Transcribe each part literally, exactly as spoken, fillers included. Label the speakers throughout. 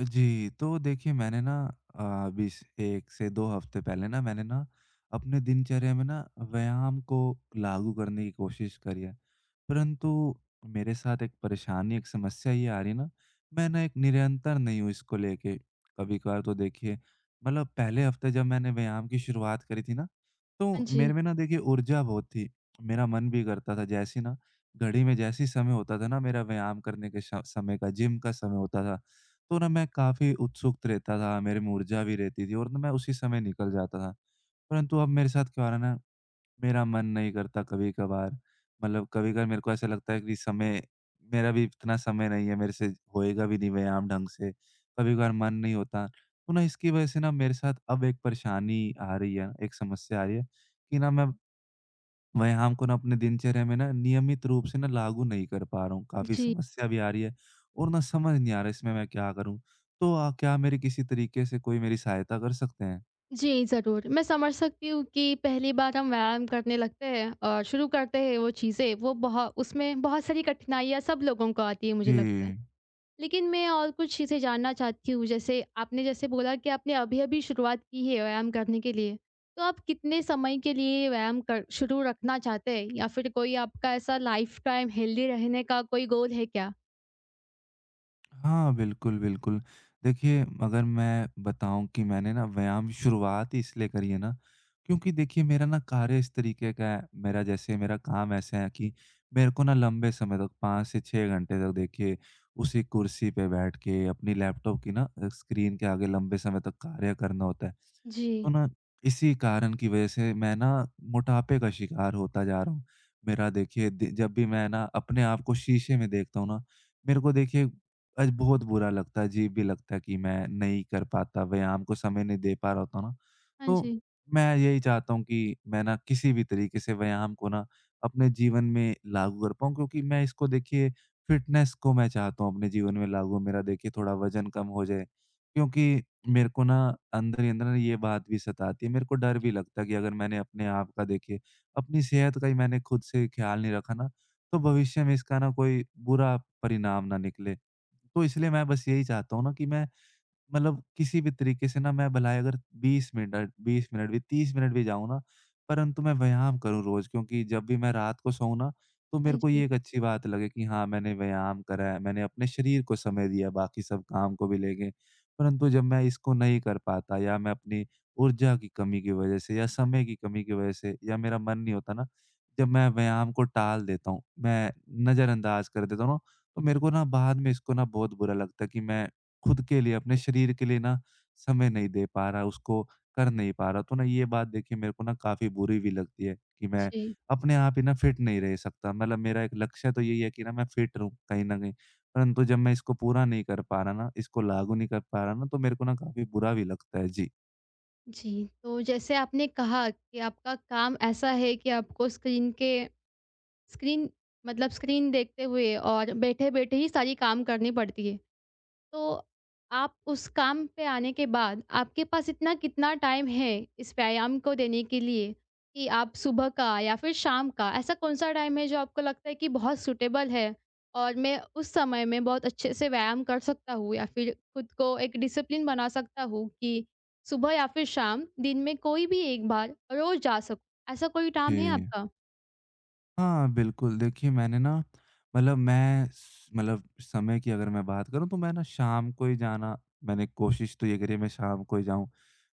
Speaker 1: जी, तो देखिए मैंने ना अ, अभी स एक से दो हफ्ते पहले ना मैंने ना अपने दिनचर्या में ना व्यायाम को लागू करने की कोशिश करी है। परंतु मेरे साथ एक परेशानी, एक समस्या ये आ रही है ना, मैं ना एक निरंतर नहीं हूँ इसको लेके। कभी-कभार तो देखिए मतलब पहले हफ्ते जब मैंने व्यायाम की शुरुआत करी थी ना,
Speaker 2: हाँ
Speaker 1: तो
Speaker 2: जी।
Speaker 1: मेरे में ना देखिए ऊर्जा बहुत थी। मेरा मन भी करता था जैसे ही ना घड़ी में जैसे ही समय होता था ना मेरा व्यायाम करने के श समय का, जिम का समय होता था, तो ना मैं काफ़ी उत्सुक रहता था, मेरे में ऊर्जा भी रहती थी और ना मैं उसी समय निकल जाता था। परंतु अब मेरे साथ क्या हो रहा है ना, मेरा मन नहीं करता कभी-कभार, मतलब कभी-कभार मेरे को ऐसा लगता है कि समय, मेरा भी इतना समय नहीं है, मेरे से होएगा भी नहीं व्यायाम ढंग से, कभी-कभार मन नहीं होता। तो ना इसकी वजह से ना मेरे साथ अब एक परेशानी आ रही है, एक समस्या आ रही है कि ना मैं व्यायाम को ना अपने दिनचर्या में ना नियमित रूप से ना लागू नहीं कर पा रहा हूँ। काफ़ी
Speaker 2: जी,
Speaker 1: समस्या भी आ रही है और ना समझ नहीं आ रहा इसमें मैं क्या करूँ? तो अ, क्या मेरी किसी तरीके से कोई मेरी सहायता कर सकते हैं?
Speaker 2: जी, ज़रूर। मैं समझ सकती हूँ कि पहली बार हम व्यायाम करने लगते हैं और शुरू करते हैं वो चीज़ें, वो बहु उसमें बहुत सारी कठिनाइयाँ सब लोगों को आती है मुझे
Speaker 1: जी।
Speaker 2: लगता है। लेकिन मैं और कुछ चीज़ें जानना चाहती हूँ, जैसे आपने जैसे बोला कि आपने अभी-अभी शुरुआत की है व्यायाम करने के लिए, तो आप कितने समय के लिए व्यायाम कर शुरू रखना चाहते हैं? या फिर कोई आपका ऐसा लाइफ़ टाइम हेल्दी रहने का कोई गोल है क्या?
Speaker 1: हाँ, बिल्कुल, बिल्कुल। देखिए, अगर मैं बताऊँ कि मैंने ना व्यायाम शुरुआत ही इसलिए करी है ना, क्योंकि देखिए मेरा ना कार्य इस तरीके का है, मेरा जैसे मेरा काम ऐसा है कि मेरे को ना लंबे समय तक पाँच से छह घंटे तक देखिए उसी कुर्सी पे बैठ के अपनी लैपटॉप की ना अ, स्क्रीन के आगे लंबे समय तक कार्य करना होता है। तो
Speaker 2: जी।
Speaker 1: ना इसी कारण की वजह से मैं ना मोटापे का शिकार होता जा रहा हूँ। मेरा देखिए दि जब भी मैं ना अपने आप को शीशे में देखता हूँ ना, मेरे को देखिए आज बहुत बुरा लगता है, अजीब भी लगता है कि मैं नहीं कर पाता, व्यायाम को समय नहीं दे पा रहा होता हूँ ना।
Speaker 2: हाँ
Speaker 1: तो
Speaker 2: जी।
Speaker 1: मैं यही चाहता हूँ कि मैं ना किसी भी तरीके से व्यायाम को ना अपने जीवन में लागू कर पाऊँ, क्योंकि मैं इसको देखिए फ़िटनेस को मैं चाहता हूँ अपने जीवन में लागू, मेरा देखिए थोड़ा वज़न कम हो जाए। क्योंकि मेरे को ना अंदर ही अंदर ना ये बात भी सताती है, मेरे को डर भी लगता है कि अगर मैंने अपने आप का देखिए, अपनी सेहत का ही मैंने खुद से ख़्याल नहीं रखा ना, तो भविष्य में इसका ना कोई बुरा परिणाम ना निकले। तो इसलिए मैं बस यही चाहता हूँ ना कि मैं, मतलब किसी भी तरीके से ना मैं भलाए अगर बीस मिनट, बीस मिनट भी, तीस मिनट भी जाऊँ ना, परंतु मैं व्यायाम करूँ रोज़, क्योंकि जब भी मैं रात को सोऊँ ना, तो
Speaker 2: हाँ
Speaker 1: मेरे को
Speaker 2: जी।
Speaker 1: ये एक अच्छी बात लगे कि हाँ, मैंने व्यायाम करा है, मैंने अपने शरीर को समय दिया बाकी सब काम को भी लेके। परंतु जब मैं इसको नहीं कर पाता या मैं अपनी ऊर्जा की कमी की वज़ह से या समय की कमी की वज़ह से या मेरा मन नहीं होता ना, जब मैं व्यायाम को टाल देता हूँ, मैं नज़रअंदाज़ कर देता हूँ ना, तो मेरे को ना बाद में इसको ना बहुत बुरा लगता है कि मैं खुद के लिए, अपने शरीर के लिए ना समय नहीं दे पा रहा, उसको कर नहीं पा रहा। तो ना ये बात देखिए मेरे को ना काफ़ी बुरी भी लगती है कि मैं
Speaker 2: जी।
Speaker 1: अपने आप ही ना फिट नहीं रह सकता। मतलब मेरा एक लक्ष्य तो यही है कि ना मैं फिट रहूँ कहीं न कहीं, परंतु जब मैं इसको पूरा नहीं कर पा रहा ना, इसको लागू नहीं कर पा रहा ना, तो मेरे को ना काफ़ी बुरा भी लगता है। जी।
Speaker 2: जी, तो जैसे आपने कहा कि आपका काम ऐसा है कि आपको स्क्रीन के स्क्रीन मतलब स्क्रीन देखते हुए और बैठे-बैठे ही सारी काम करनी पड़ती है। तो आप उस काम पे आने के बाद आपके पास इतना कितना टाइम है इस व्यायाम को देने के लिए, कि आप सुबह का या फिर शाम का ऐसा कौन सा टाइम है जो आपको लगता है कि बहुत सूटेबल है और मैं उस समय में बहुत अच्छे से व्यायाम कर सकता हूँ या फिर खुद को एक डिसिप्लिन बना सकता हूँ कि सुबह या फिर शाम दिन में कोई भी एक बार रोज जा सकूँ, ऐसा कोई काम है
Speaker 1: जी।
Speaker 2: आपका?
Speaker 1: हाँ, बिल्कुल। देखिए मैंने ना, मतलब मैं स मतलब समय की अगर मैं बात करूँ, तो मैं ना शाम को ही जाना, मैंने कोशिश तो ये करी है मैं शाम को ही जाऊँ।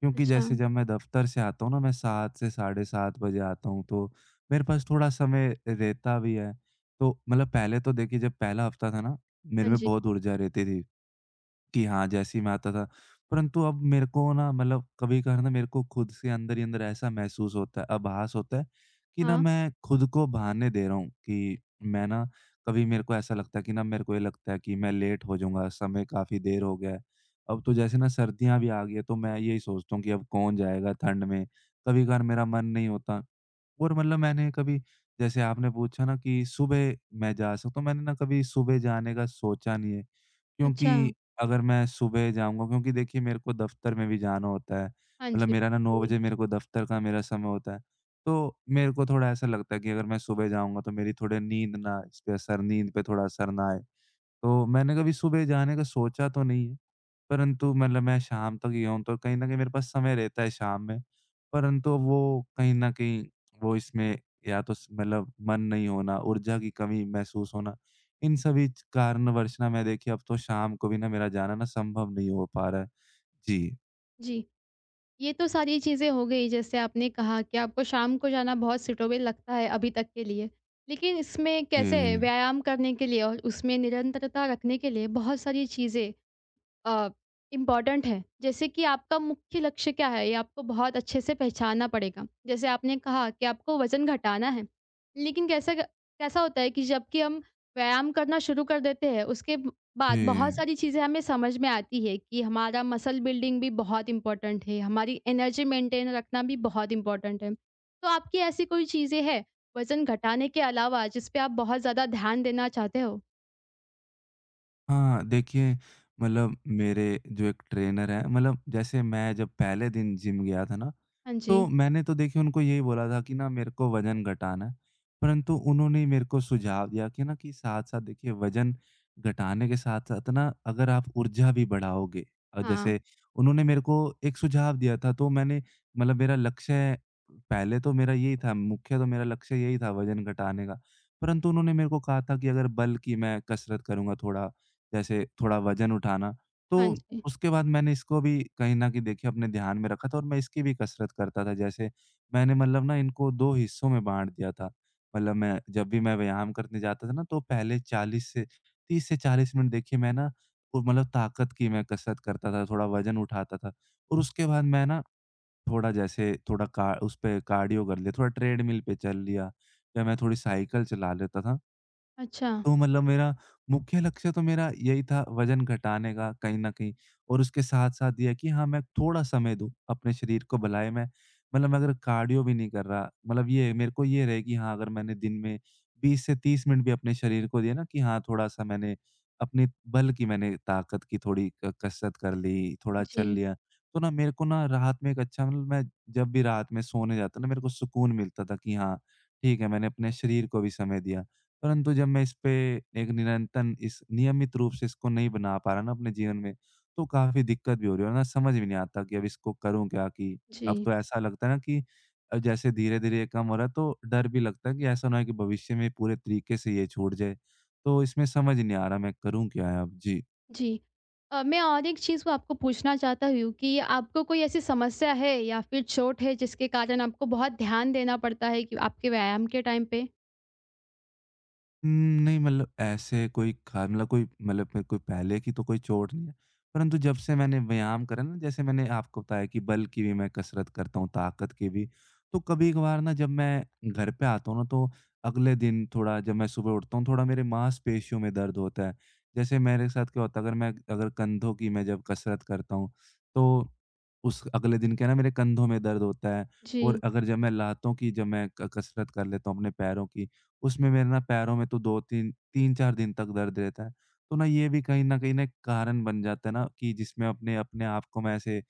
Speaker 1: क्योंकि
Speaker 2: अच्छा,
Speaker 1: जैसे जब मैं दफ्तर से आता हूँ ना, मैं सात से साढ़े सात बजे आता हूँ, तो मेरे पास थोड़ा समय रहता भी है। तो मतलब पहले तो देखिए जब पहला हफ्ता था ना,
Speaker 2: हाँ
Speaker 1: मेरे में
Speaker 2: जी,
Speaker 1: बहुत ऊर्जा रहती थी। कि हाँ, जैसे ही मैं आता था। परंतु अब मेरे को ना, मतलब कभी-कभार ना मेरे को खुद से अंदर ही अंदर ऐसा महसूस होता है, आभास होता है कि ना
Speaker 2: हाँ,
Speaker 1: मैं खुद को बहाने दे रहा हूँ कि मैं ना, कभी मेरे को ऐसा लगता है कि ना मेरे को ये लगता है कि मैं लेट हो जाऊँगा, समय काफ़ी देर हो गया है। अब तो जैसे ना सर्दियाँ भी आ गई हैं, तो मैं यही सोचता हूँ कि अब कौन जाएगा ठंड में। कभी-कभार मेरा मन नहीं होता और मतलब मैंने कभी, जैसे आपने पूछा ना कि सुबह मैं जा सकता हूँ, तो मैंने ना कभी सुबह जाने का सोचा नहीं है।
Speaker 2: अच्छा,
Speaker 1: क्योंकि अगर मैं सुबह जाऊँगा, क्योंकि देखिए मेरे को दफ़्तर में भी जाना होता है।
Speaker 2: हाँ
Speaker 1: मतलब
Speaker 2: जी,
Speaker 1: मेरा ना नौ
Speaker 2: जी।
Speaker 1: बजे मेरे को दफ़्तर का मेरा समय होता है। तो मेरे को थोड़ा ऐसा लगता है कि अगर मैं सुबह जाऊँगा तो मेरी थोड़ी नींद ना इस पे असर, नींद पे थोड़ा असर ना आए। तो मैंने कभी सुबह जाने का सोचा तो नहीं है। परंतु मतलब मैं शाम तक ही हूँ, तो कहीं न कहीं मेरे पास समय रहता है शाम में, परंतु वो कहीं न कहीं, वो इसमें या तो स मतलब मन नहीं होना, ऊर्जा की कमी महसूस होना, इन सभी च कारणवश ना मैं देखिए अब तो शाम को भी ना मेरा जाना ना संभव नहीं हो पा रहा है। जी।
Speaker 2: जी। ये तो सारी चीज़ें हो गई, जैसे आपने कहा कि आपको शाम को जाना बहुत सुटेबल लगता है अभी तक के लिए। लेकिन इसमें कैसे
Speaker 1: जी,
Speaker 2: व्यायाम करने के लिए और उसमें निरंतरता रखने के लिए बहुत सारी चीज़ें अ, इम्पोर्टेंट है। जैसे कि आपका मुख्य लक्ष्य क्या है, ये आपको बहुत अच्छे से पहचानना पड़ेगा। जैसे आपने कहा कि आपको वज़न घटाना है, लेकिन कैसे क कैसा होता है कि जबकि हम व्यायाम करना शुरू कर देते हैं, उसके ब बाद बहुत
Speaker 1: जी।
Speaker 2: सारी चीज़ें हमें समझ में आती है कि हमारा मसल बिल्डिंग भी बहुत इम्पोर्टेंट है, हमारी एनर्जी मेंटेन रखना भी बहुत इम्पोर्टेंट है। तो आपकी ऐसी कोई चीज़ें हैं, वज़न घटाने के अलावा जिस पे आप बहुत ज़्यादा ध्यान देना चाहते हो?
Speaker 1: हाँ, देखिए, मतलब मेरे जो एक ट्रेनर हैं, मतलब जैसे मैं जब पहले दिन जिम गया था ना,
Speaker 2: हाँ
Speaker 1: तो
Speaker 2: जी।
Speaker 1: मैंने तो देखिए उनको यही बोला था कि ना मेरे को वज़न घटाना है, परंतु उन्होंने मेरे को सुझाव दिया कि ना कि साथ-साथ देखिए वज़न घटाने के साथ-साथ ना अगर आप ऊर्जा भी बढ़ाओगे, अ,
Speaker 2: हाँ।
Speaker 1: जैसे, उन्होंने मेरे को एक सुझाव दिया था, तो मैंने, मतलब मेरा लक्ष्य पहले तो मेरा यही था, मुख्य तो मेरा लक्ष्य यही था वज़न घटाने का। परंतु उन्होंने मेरे को कहा था कि अगर बल की मैं कसरत करूँगा थोड़ा, जैसे थोड़ा वज़न उठाना,
Speaker 2: हाँ
Speaker 1: तो
Speaker 2: जी।
Speaker 1: उसके बाद मैंने इसको भी कहीं न कहीं देखिए अपने ध्यान में रखा था और मैं इसकी भी कसरत करता था। जैसे मैंने, मतलब ना इनको दो हिस्सों में बाँट दिया था। मतलब मैं जब भी मैं व्यायाम करने जाता था ना, तो पहले चालीस से, तीस से चालीस मिनट देखिए मैं ना वो मतलब ताकत की मैं कसरत करता था, थोड़ा वज़न उठाता था और उसके बाद मैं ना थोड़ा, जैसे थोड़ा का उस पे कार्डियो कर लिया, थोड़ा ट्रेडमिल पे चल लिया या मैं थोड़ी साइकिल चला लेता था।
Speaker 2: अच्छा।
Speaker 1: तो मतलब मेरा मुख्य लक्ष्य तो मेरा यही था वज़न घटाने का कहीं न कहीं और उसके साथ-साथ ये है कि हाँ, मैं थोड़ा समय दूँ अपने शरीर को, भलाए मैं, मतलब मैं अगर कार्डियो भी नहीं कर रहा, मतलब ये मेरे को ये रहे कि हाँ, अगर मैंने दिन में बीस से तीस मिनट भी अपने शरीर को दिए ना कि हाँ, थोड़ा-सा मैंने अपने बल की, मैंने ताकत की थोड़ी क कसरत कर ली, थोड़ा चल
Speaker 2: जी।
Speaker 1: लिया, तो ना मेरे को ना रात में एक अच्छा, मतलब मैं जब भी रात में सोने जाता ना, मेरे को सुकून मिलता था कि हाँ, ठीक है, मैंने अपने शरीर को भी समय दिया। परंतु जब मैं इस पे एक निरंतर, इस नियमित रूप से इसको नहीं बना पा रहा ना अपने जीवन में, तो काफ़ी दिक्कत भी हो रही है और ना समझ भी नहीं आता कि अब इसको करूँ क्या? कि अब
Speaker 2: जी,
Speaker 1: तो ऐसा लगता है ना कि अ, जैसे धीरे-धीरे ये कम हो रहा है, तो डर भी लगता है कि ऐसा ना हो कि भविष्य में पूरे तरीके से ये छूट जाए। तो इसमें समझ नहीं आ रहा मैं करूँ क्या है अब? जी।
Speaker 2: जी। अ, मैं और एक चीज़ को आपको पूछना चाहता हूँ कि आपको कोई ऐसी समस्या है या फिर चोट है जिसके कारण आपको बहुत ध्यान देना पड़ता है कि आपके व्यायाम के टाइम पे?
Speaker 1: हुँ, नहीं, मतलब ऐसे कोई खा मतलब कोई, मतलब मेरे को पहले की तो कोई चोट नहीं है। परंतु जब से मैंने व्यायाम करा ना, जैसे मैंने आपको बताया कि बल की भी मैं कसरत करता हूँ, ताकत की भी। तो कभी-कभार ना जब मैं घर पे आता हूँ ना, तो अगले दिन थोड़ा, जब मैं सुबह उठता हूँ, थोड़ा मेरे मांसपेशियों में दर्द होता है। जैसे मेरे साथ क्या होता है, अगर मैं, अगर कंधों की मैं जब कसरत करता हूँ, तो उस अगले दिन क्या है ना, मेरे कंधों में दर्द होता है और
Speaker 2: जी,
Speaker 1: अगर जब मैं लातों की, जब मैं क कसरत कर लेता हूँ अपने पैरों की, उसमें मेरे ना पैरों में तो दो तीन, तीन चार दिन तक दर्द रहता है। तो ना ये भी कहीं न कहीं ना एक कारण बन जाता है ना कि जिसमें अपने अपने आप को मैं ऐसे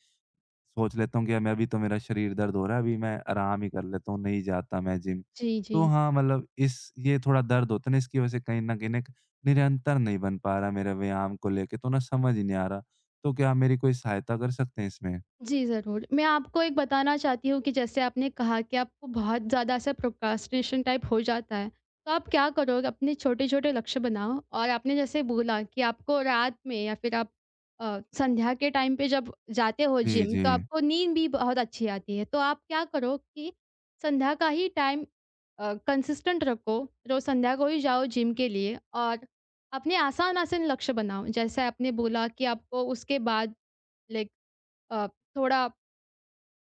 Speaker 1: सोच लेता हूँ कि मैं अभी तो, मेरा शरीर दर्द हो रहा है, अभी मैं आराम ही कर लेता हूँ, नहीं जाता मैं जिम।
Speaker 2: जी, जी।
Speaker 1: तो हाँ, मतलब इस, ये थोड़ा दर्द होता है ना, इसकी वजह से कहीं न कहीं ना एक निरंतर नहीं बन पा रहा मेरा व्यायाम को लेके, तो ना समझ ही नहीं आ रहा। तो क्या आप मेरी कोई सहायता कर सकते हैं इसमें?
Speaker 2: जी, ज़रूर। मैं आपको एक बताना चाहती हूँ कि जैसे आपने कहा कि आपको बहुत ज़्यादा ऐसा प्रोक्रास्टिनेशन टाइप हो जाता है, तो आप क्या करो, अपने छोटे-छोटे लक्ष्य बनाओ। और आपने जैसे बोला कि आपको रात में या फिर आप अ, संध्या के टाइम पे जब जाते हो
Speaker 1: जी,
Speaker 2: जिम,
Speaker 1: जी।
Speaker 2: तो आपको नींद भी बहुत अच्छी आती है। तो आप क्या करो कि संध्या का ही टाइम अ, कंसिस्टेंट रखो, रोज़ संध्या को ही जाओ जिम के लिए, और अपने आसान-आसान लक्ष्य बनाओ। जैसे आपने बोला कि आपको उसके बाद, लाइक, अ, थोड़ा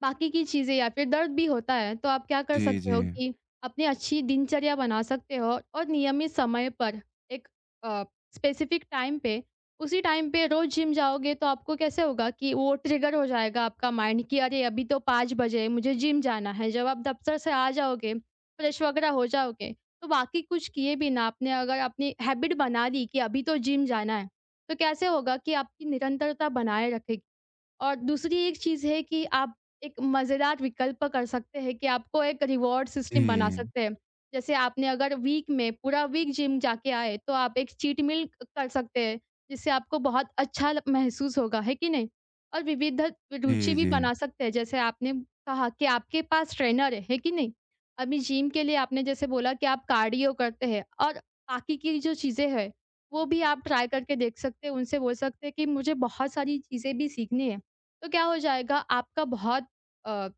Speaker 2: बाकी की चीज़ें या फिर दर्द भी होता है, तो आप क्या कर
Speaker 1: जी,
Speaker 2: सकते
Speaker 1: जी।
Speaker 2: हो कि अपनी अच्छी दिनचर्या बना सकते हो और नियमित समय पर, एक अ, स्पेसिफ़िक टाइम पे, उसी टाइम पे रोज़ जिम जाओगे तो आपको कैसे होगा कि वो ट्रिगर हो जाएगा आपका माइंड, कि अरे, अभी तो पाँच बजे है, मुझे जिम जाना है। जब आप दफ़्तर से आ जाओगे, फ्रेश वगैरह हो जाओगे, तो बाकी कुछ किए बिना आपने अगर अपनी हैबिट बना ली कि अभी तो जिम जाना है, तो कैसे होगा कि आपकी निरंतरता बनाए रखेगी। और दूसरी एक चीज़ है कि आप एक मज़ेदार विकल्प कर सकते हैं, कि आपको एक रिवॉर्ड सिस्टम बना
Speaker 1: जी।
Speaker 2: सकते हैं। जैसे आपने अगर वीक में पूरा वीक जिम जाके आए, तो आप एक चीट मील क कर सकते हैं, जिससे आपको बहुत अच्छा ल महसूस होगा, है कि नहीं? और विविध रुचि
Speaker 1: जी,
Speaker 2: भी
Speaker 1: जी।
Speaker 2: बना सकते हैं, जैसे आपने कहा कि आपके पास ट्रेनर है, है कि नहीं? अभी जिम के लिए आपने जैसे बोला कि आप कार्डियो करते हैं और बाकी की जो चीज़ें हैं, वो भी आप ट्राई करके देख सकते हैं, उनसे बोल सकते हैं कि मुझे बहुत सारी चीज़ें भी सीखनी है। तो क्या हो जाएगा, आपका बहुत अ,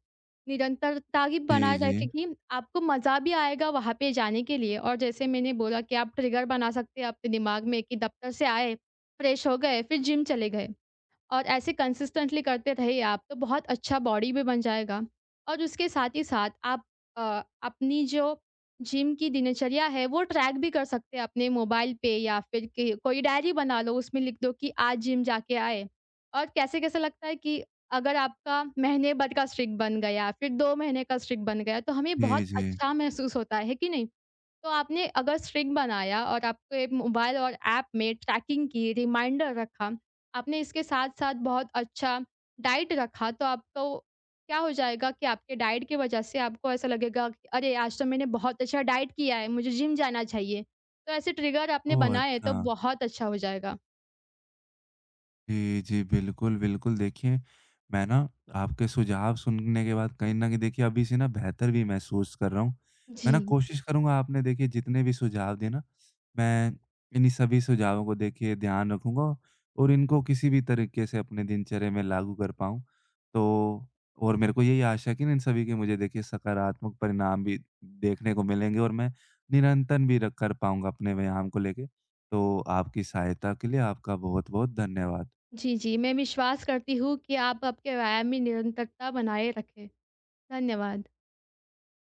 Speaker 2: निरंतरता ही बनाए
Speaker 1: जी, जी।
Speaker 2: रखेगी। आपको मज़ा भी आएगा वहाँ पे जाने के लिए, और जैसे मैंने बोला कि आप ट्रिगर बना सकते हैं अपने दिमाग में, कि दफ्तर से आए, फ्रेश हो गए, फिर जिम चले गए। और ऐसे कंसिस्टेंटली करते रहे आप तो बहुत अच्छा बॉडी भी बन जाएगा। और उसके साथ ही साथ आप अ, अपनी जो जिम की दिनचर्या है वो ट्रैक भी कर सकते हैं अपने मोबाइल पे, या फिर कि कोई डायरी बना लो, उसमें लिख दो कि आज जिम जाके आए, और कैसे कैसे लगता है कि अगर आपका महीने भर का स्ट्रिक बन गया, फिर दो महीने का स्ट्रिक बन गया, तो हमें बहुत
Speaker 1: जी, जी।
Speaker 2: अच्छा महसूस होता है, कि नहीं? तो आपने अगर स्ट्रिंग बनाया और आपके मोबाइल और ऐप में ट्रैकिंग की, रिमाइंडर रखा, आपने इसके साथ-साथ बहुत अच्छा डाइट रखा, तो आपको क्या हो जाएगा कि आपके डाइट की वजह से आपको ऐसा लगेगा कि अरे! आज तो मैंने बहुत अच्छा डाइट किया है, मुझे जिम जाना चाहिए। तो ऐसे ट्रिगर आपने
Speaker 1: ओह!
Speaker 2: बनाए
Speaker 1: अच्छा।
Speaker 2: तो बहुत अच्छा हो जाएगा।
Speaker 1: जी, जी। बिल्कुल, बिल्कुल। देखिए, मैं ना आपके सुझाव सुनने के बाद कहीं न कहीं देखिए अभी से ना बेहतर भी महसूस कर रहा हूँ। मैं ना
Speaker 2: जी।
Speaker 1: कोशिश करूँगा, आपने देखिए जितने भी सुझाव दिए ना, मैं इन्हीं सभी सुझावों को देखिए ध्यान रखूँगा और इनको किसी भी तरीके से अपने दिनचर्या में लागू कर पाऊँ। तो और मेरे को यही आशा है कि ना इन सभी के मुझे देखिए सकारात्मक परिणाम भी देखने को मिलेंगे और मैं निरंतर भी र कर पाऊँगा अपने व्यायाम को लेके। तो आपकी सहायता के लिए आपका बहुत-बहुत धन्यवाद।
Speaker 2: जी, जी, मैं विश्वास करती हूँ कि आप आपके व्यायाम में निरंतरता बनाए रखें। धन्यवाद।